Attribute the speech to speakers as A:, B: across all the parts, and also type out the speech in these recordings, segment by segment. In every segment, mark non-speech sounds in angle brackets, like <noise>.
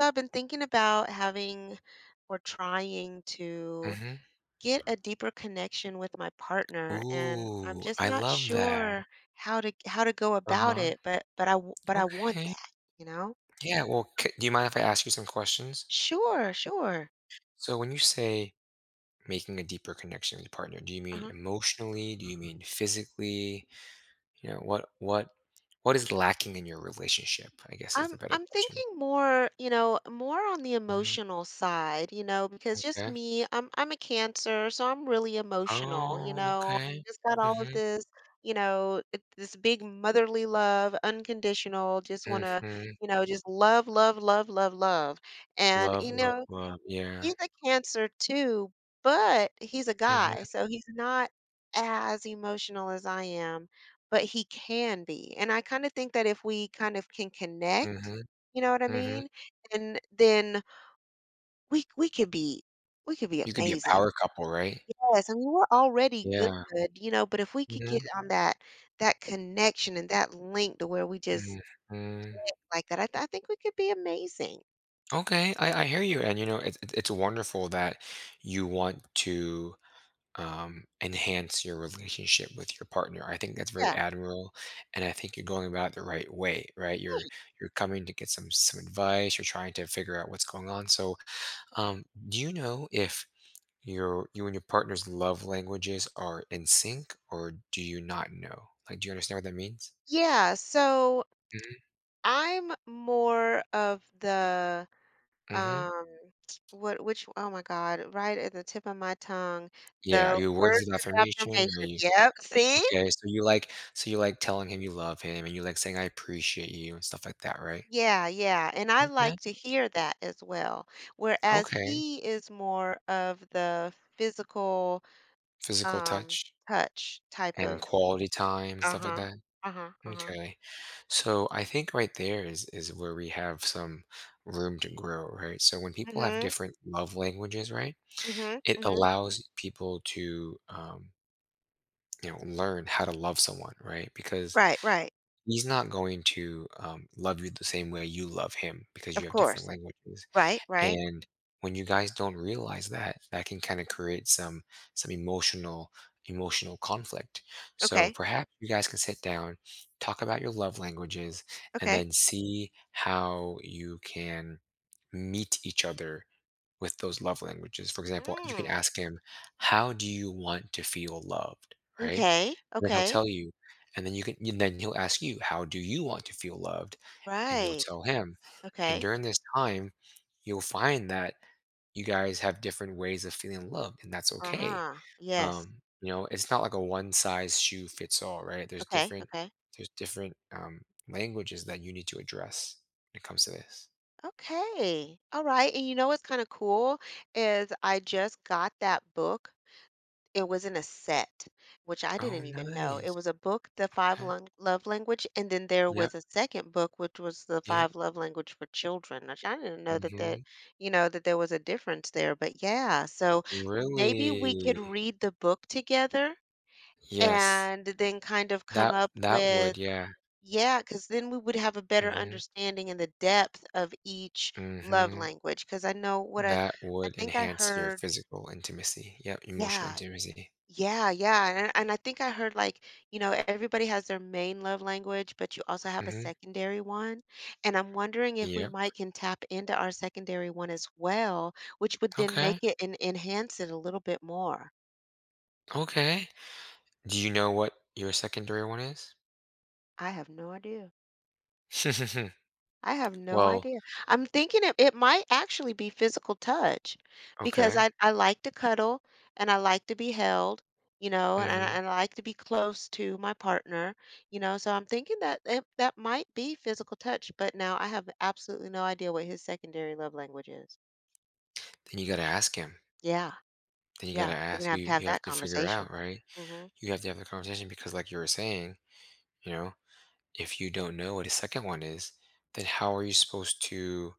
A: So I've been thinking about having or trying to
B: Mhm.
A: get a deeper connection with my partner, and I'm
B: Ooh,
A: just
B: I
A: not
B: love that.
A: sure how to go about
B: Uh-huh.
A: it, but I w- but I want
B: Okay.
A: that, you know?
B: Yeah, well, c do you mind if I ask you some questions?
A: Sure, sure.
B: So when you say making a deeper connection with your partner, do you mean
A: Uh-huh.
B: emotionally? Do you mean physically? You know, what what is lacking in your relationship, I guess, is the
A: I'm
B: better
A: I'm
B: question.
A: thinking more, you know, more on the
B: Mhm,
A: emotional side, you know, because just
B: okay.
A: me, I'm a Cancer, so I'm really emotional, you
B: Oh,
A: know.
B: okay.
A: Just got all of
B: Mhm,
A: this, you know, it- this big motherly love, unconditional, just want to,
B: mhm.
A: you know, just love, love, love, love, love. And
B: Love,
A: you
B: love,
A: know,
B: love, yeah.
A: he's a Cancer too, but he's a
B: Mhm,
A: guy, so he's not as emotional as I am, but he can be, and I kinda think that if we kind of can connect,
B: mhm,
A: you know what I
B: mhm.
A: mean? And then we could be we could be
B: You could be a
A: amazing.
B: power couple, right?
A: Yes, I mean, we're already good,
B: Yeah.
A: you know, but if we could get
B: Mhm,
A: on that connection and that link to where we just
B: mhm.
A: like that, I th- I think we could be amazing.
B: Okay, I hear you, and you know it's wonderful that you want to enhance your relationship with your partner. I think that's very
A: Yeah,
B: admirable, and I think you're going about it the right way, right?
A: right.
B: You're coming to get some advice. You're trying to figure out what's going on. So, um, do you know if you and your partner's love languages are in sync, or do you not know? Like, do you understand what that means?
A: Yeah, so
B: Mm-hmm.
A: I'm more of the,
B: hmm
A: um, what which oh my God, right at the tip of my tongue,
B: Yeah, are
A: the
B: you words
A: words
B: of
A: of
B: affirmation? Are
A: affirmation.
B: you?
A: Yep, see?
B: Okay, so you like telling him you love him and you like saying, "I appreciate you," and stuff like that, right?
A: Yeah, yeah, and I
B: Okay,
A: like to hear that as well, whereas
B: okay.
A: he is more of the physical,
B: Physical
A: um,
B: touch
A: touch type
B: and
A: of
B: quality time and stuff like
A: uh-huh,
B: that?
A: uh-huh, uh-huh.
B: Okay. So I think right there is where we have some room to grow, right? So when people have
A: Mhm,
B: different love languages, right,
A: mhm,
B: it
A: mhm.
B: allows people to, you know, learn how to love someone, right? Because
A: Right, right.
B: he's not going to, love you the same way you love him because
A: Of
B: you have different
A: course.
B: languages.
A: Right, right.
B: And when you guys don't realize that, that can kind of create some emotional conflict. So
A: Okay,
B: perhaps you guys can sit down, talk about your love languages, and
A: okay.
B: then see how you can meet each other with those love languages. For example, you can
A: Mm,
B: ask him, "How do you want to feel loved?" Right?
A: okay,
B: And then he'll
A: okay.
B: tell you, and then you can and then he'll ask you, "How do you want to feel loved?" And you'll
A: Right.
B: tell him. And
A: Okay.
B: during this time, you'll find that you guys have different ways of feeling loved, and that's okay.
A: Uh-huh. Yes.
B: You know, it's not like a one size shoe fits all, right? There's
A: Okay.
B: different
A: Okay.
B: there's different um, languages that you need to address when it comes to this.
A: Okay. All right. And you know what's kind of cool is I just got that book. It was in a set, which I
B: Oh,
A: didn't even know. It
B: nice.
A: was a book, The Five
B: Okay.
A: Lung Love Language, and then there
B: Yep.
A: was a second book, which was The
B: Yep.
A: Five Love Language for Children. Which I didn't know that that,
B: Mhm.
A: you know, that there was a difference there. But yeah, so maybe
B: Really?
A: we could read the book together
B: Yes.
A: and then kind of come
B: That
A: up
B: that
A: with
B: would, yeah.
A: yeah, because then we would have a better
B: Mhm.
A: understanding in the depth of each love
B: Mhm.
A: language. Because I know what
B: That
A: I
B: would
A: think I
B: enhance your
A: heard
B: physical intimacy. Yep, emotional
A: yeah,
B: intimacy.
A: yeah, yeah, and I think I heard, like, you know, everybody has their main love language, but you also have a
B: Mhm.
A: secondary one, and I'm wondering if we
B: Yep.
A: might can tap into our secondary one as well, which would then
B: Okay.
A: make it and enhance it a little bit more.
B: Okay. Do you know what your secondary one is?
A: I have no idea.
B: <laughs>
A: I have no
B: Well,
A: idea. I'm thinking it might actually be physical touch because
B: okay.
A: I like to cuddle and I like to be held, you know,
B: Mhm.
A: and I like to be close to my partner, you know. So I'm thinking that it, that might be physical touch, but now I have absolutely no idea what his secondary love language is.
B: Then you gotta ask him.
A: Yeah,
B: Then you gotta
A: yeah, we're gonna
B: ask.
A: have
B: You
A: to have
B: you have
A: that
B: to figure out,
A: conversation.
B: right?
A: hmm
B: You have to have the conversation because, like you were saying, you know, if you don't know what his second one is, then how are you supposed to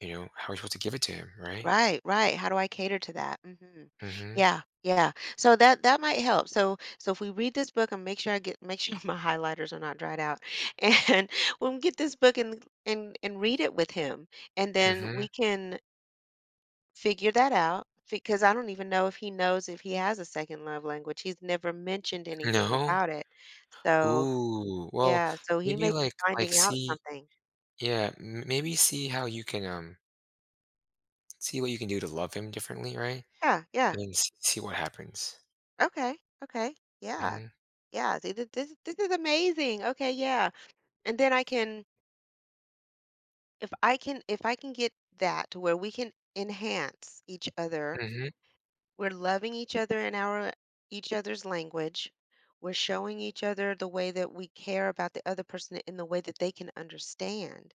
B: How are we supposed to give it to him, right?
A: Right, right. How do I cater to that?
B: mm
A: Yeah, yeah. So that might help. So so if we read this book and make sure <laughs> my highlighters are not dried out, and <laughs> when we get this book and and read it with him, and
B: Mhm,
A: then
B: mm
A: we
B: mhm.
A: can figure that out because I don't even know if he knows if he has a second love language. He's never mentioned anything
B: No?
A: about it. So
B: Ooh, well,
A: yeah, so he may
B: maybe,
A: be finding out
B: see
A: something.
B: yeah, m maybe see how you can, see what you can do to love him differently, right?
A: Yeah, yeah.
B: And then s see what happens.
A: Okay, okay. Yeah.
B: Mm
A: Yeah, th- th- this is amazing. Okay, yeah. And then I can if I can get that to where we can enhance each other,
B: Mhm, mm mhm.
A: we're loving each other in our each other's language, we're showing each other the way that we care about the other person in the way that they can understand,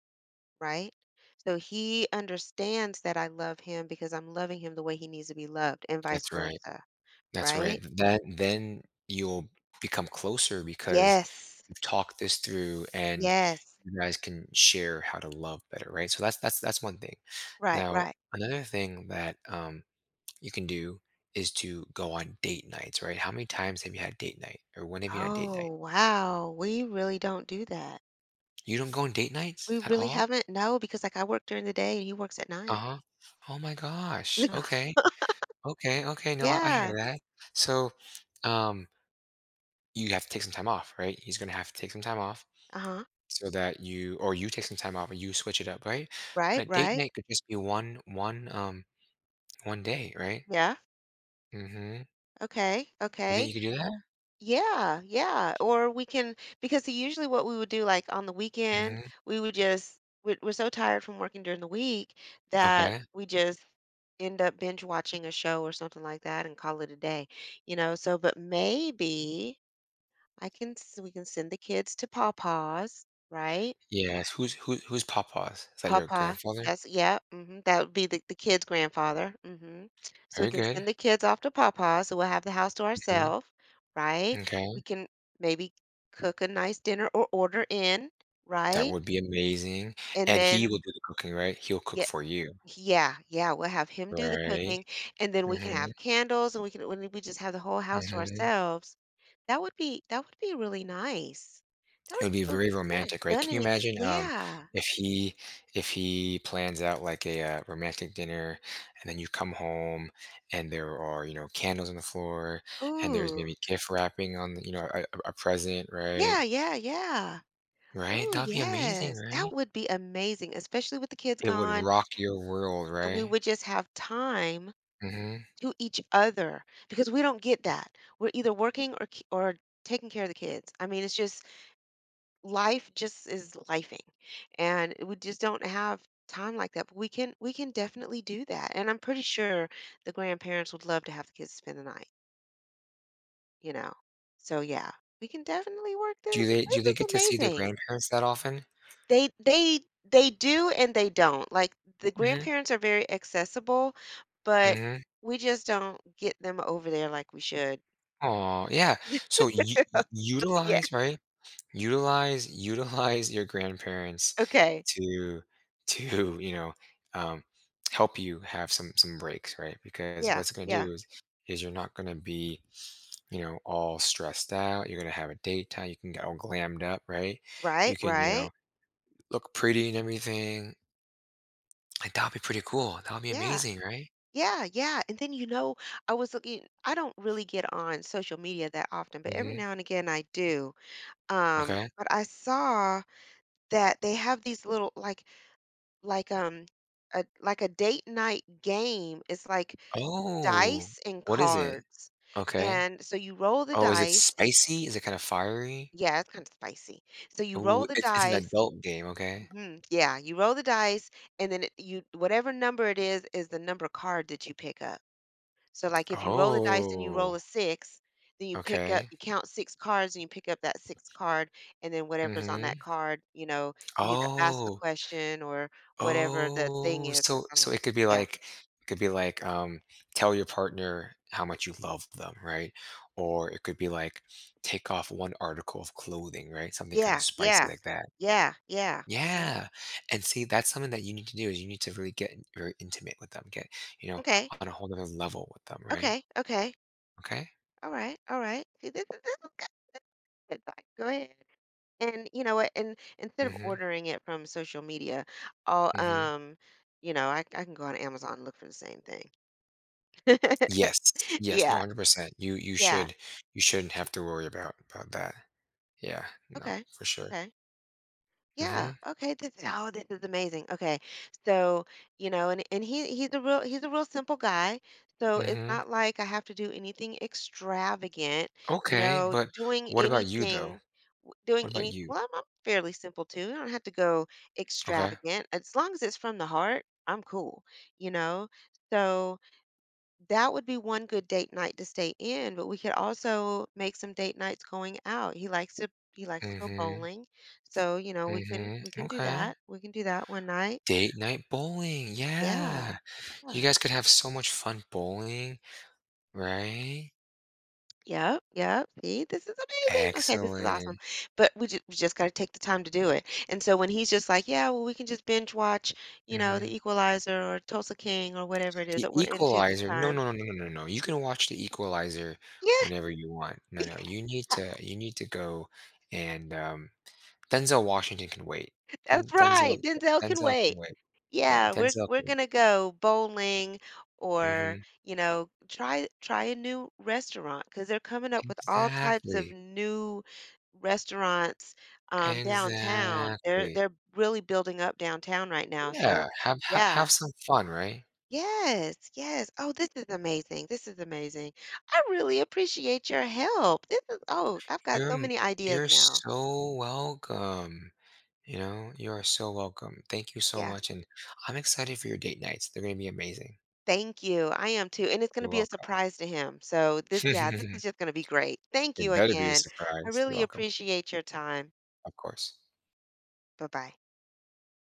A: right? So he understands that I love him because I'm loving him the way he needs to be loved, and vice
B: That's right,
A: versa.
B: that's right.
A: Right.
B: That then you'll become closer because
A: Yes,
B: you've talked this through and
A: yes.
B: you guys can share how to love better, right? So that's that's one thing.
A: Right,
B: Now,
A: right.
B: another thing that, um, you can do is to go on date nights, right? How many times have you had date night, or when have you had date
A: Oh
B: night?
A: wow, we really don't do that.
B: You don't go on date nights
A: We
B: at
A: really
B: all?
A: haven't, no, because, like, I work during the day and he works at
B: Uh
A: night.
B: huh. Oh my
A: <laughs>
B: gosh.
A: Ugh.
B: Okay. Okay. Okay. No, I hear
A: Yeah.
B: that. So, um, you have to take some time off, right? He's gonna have to take some time off
A: Uh-huh.
B: so that you, or you take some time off, or you switch it up, right? But
A: Right,
B: a date
A: right.
B: night could just be one, 1 day, right?
A: Yeah.
B: Mm-hmm.
A: Okay,
B: You think
A: okay.
B: you could do that?
A: Yeah, yeah, or we can because usually what we would do, like, on the weekend,
B: Mm-hmm.
A: we would just we're so tired from working during the week that
B: Okay.
A: we just end up binge watching a show or something like that and call it a day, you know, so but maybe I can s we can send the kids to Paw Paws, right?
B: Yes. Who's Papa's? Is that your
A: Papa,
B: grandfather?
A: that's yeah. Mhm, that would be the kid's grandfather, mhm. So we
B: Very
A: can
B: good.
A: send the kids off to Papa, so we'll have the house to
B: Mhm,
A: ourselves, right?
B: m'kay,
A: We can maybe cook a nice dinner or order in,
B: that
A: right?
B: would be amazing,
A: And
B: and he
A: then
B: will do the cooking, right? He'll cook
A: yeah,
B: for you,
A: yeah, yeah, we'll have him do the
B: right?
A: cooking, and then we can
B: Mhm,
A: have candles, and we can when we just have the whole house to
B: mhm.
A: ourselves. That would be really nice. That
B: It
A: would
B: would
A: be
B: be
A: cool.
B: very
A: We haven't
B: romantic, right? Can
A: done
B: you
A: anything,
B: imagine,
A: yeah.
B: if he plans out, like, a, romantic dinner, and then you come home, and there are, you know, candles on the floor, and there's
A: Ooh.
B: maybe gift wrapping on the you know, a present, right?
A: Yeah, yeah, yeah.
B: Right?
A: Oh
B: That'd be amazing,
A: yes. That
B: right?
A: would be amazing, especially with the kids
B: It would
A: gone,
B: rock your world,
A: and we
B: right?
A: would just have time
B: Mhm.
A: to each other because we don't get that. We're either working or ki- or taking care of the kids. I mean, it's just life just is lifing. And we just don't have time like that. But we can definitely do that. And I'm pretty sure the grandparents would love to have the kids spend the night, you know. So yeah, we can definitely work this. This
B: Do they
A: is
B: get to see their
A: amazing.
B: grandparents that often?
A: They do and they don't. Like, the
B: Mhm.
A: grandparents are very accessible, but
B: Mhm.
A: we just don't get them over there like we should.
B: Oh, yeah. So u
A: <laughs> Yeah,
B: utilize, right? Utilize your grandparents
A: okay.
B: to you know, um, help you have some breaks, right? Because
A: Yeah,
B: what's gonna
A: yeah.
B: do is you're not gonna be, you know, all stressed out, you're gonna have a date time, you can get all glammed up, right?
A: Right,
B: You can, you
A: right.
B: know, look pretty and everything. Like, that'll be pretty cool, that'll be
A: Yeah,
B: amazing, right?
A: yeah, yeah, and then, you know, I was looking I don't really get on social media that often, but every
B: Mhm.
A: now and again I do.
B: Okay.
A: But I saw that they have these little like, a like a date night game. It's like
B: Oh,
A: dice and
B: what is it?
A: cards,
B: Okay.
A: and so you roll the
B: Oh, is it
A: dice
B: spicy? Is it kinda fiery?
A: yeah, it's kinda spicy. So you roll
B: Oh,
A: the
B: it's an
A: dice
B: adult game, okay.
A: mhm, yeah, you roll the dice, and then it you whatever number it is the number card that you pick up. So, like, if you roll the dice and you
B: Oh,
A: roll a 6, then you pick up
B: okay.
A: you count 6 cards and you pick up that six card, and then whatever's on that
B: Mhm.
A: card, you know, you either ask the
B: Oh,
A: question or whatever the thing
B: oh,
A: is that's
B: so
A: on the
B: so it could be
A: yeah.
B: like it could be like, um, tell your partner how much you love them, right? Or it could be like, take off 1 article of clothing, right? Something kinda
A: Yeah,
B: spicy
A: yeah.
B: like that.
A: Yeah, yeah. Mhm.
B: Yeah, and see, that's something that you need to do is you need to really get very intimate with them, get, you know,
A: Okay.
B: on a whole other level with them, right?
A: Okay, okay.
B: Okay?
A: All right, all right. See, this is good. Like, go ahead. And you know what? And instead of
B: Mhm.
A: ordering it from social media, I'll
B: Mhm.
A: you know, I can go on Amazon and look for the same thing.
B: Yes.
A: <laughs>
B: Yes. No,
A: Yeah,
B: 100%. You
A: yeah.
B: should you shouldn't have to worry about that. Yeah. No,
A: Okay,
B: for sure.
A: okay. Yeah.
B: Mhm.
A: Okay. This is oh, this is amazing. Okay. So, you know, and he's a real he's a real simple guy. So it's
B: Mhm.
A: not like I have to do anything extravagant, you
B: Okay,
A: know,
B: but what about you though?
A: doing
B: What about
A: anything.
B: you?
A: Well, I'm fairly simple too. I don't have to go
B: Okay.
A: extravagant. As long as it's from the heart, I'm cool, you know. So that would be one good date night to stay in, but we could also make some date nights going out. He likes to go
B: Mhm.
A: bowling. So, you know,
B: Mhm.
A: we can do
B: Okay.
A: that. We can do that one night.
B: Date night bowling.
A: Yeah.
B: Yeah. You
A: Yeah.
B: guys could have so much fun bowling, right?
A: Yep, yep. See, this is amazing. Okay, this is awesome.
B: Excellent.
A: But we just got to take the time to do it. And so when he's just like, "Yeah, well, we can just binge watch, you know, The
B: Mhm.
A: Equalizer or Tulsa King or whatever it is
B: The
A: that we're into this
B: Equalizer, no,
A: time."
B: no, no, no, no, no, no. You can watch The Equalizer
A: Yeah.
B: whenever you want. No, no, you need to go and, um, Denzel Washington can wait.
A: That's right,
B: Denzel
A: Denzel can
B: Can
A: wait.
B: wait. Yeah,
A: Yeah,
B: Denzel
A: we're
B: can
A: gonna
B: wait.
A: go bowling or,
B: Mhm.
A: you know, try a new restaurant because 'cause they're coming up with all types of
B: Exactly.
A: new restaurants, downtown.
B: Exactly.
A: They're really building up downtown right now, so
B: Yeah, have ha
A: yeah.
B: have some fun, right?
A: Yes, yes. Oh, this is amazing, this is amazing. I really appreciate your help. This is oh, I've got
B: You're
A: so
B: m
A: many ideas
B: you're
A: now.
B: so welcome, you know? You are so welcome. Thank you so
A: Yeah.
B: much, and I'm excited for your date nights. They're gonna be amazing.
A: Thank you. I am too, and it's gonna
B: You're
A: be a
B: welcome.
A: surprise to him. So this yeah, this is
B: <laughs>
A: just gonna be great. Thank you
B: It better be a
A: again. I
B: surprise. You're
A: really
B: welcome.
A: appreciate your time.
B: Of course.
A: Bye-bye.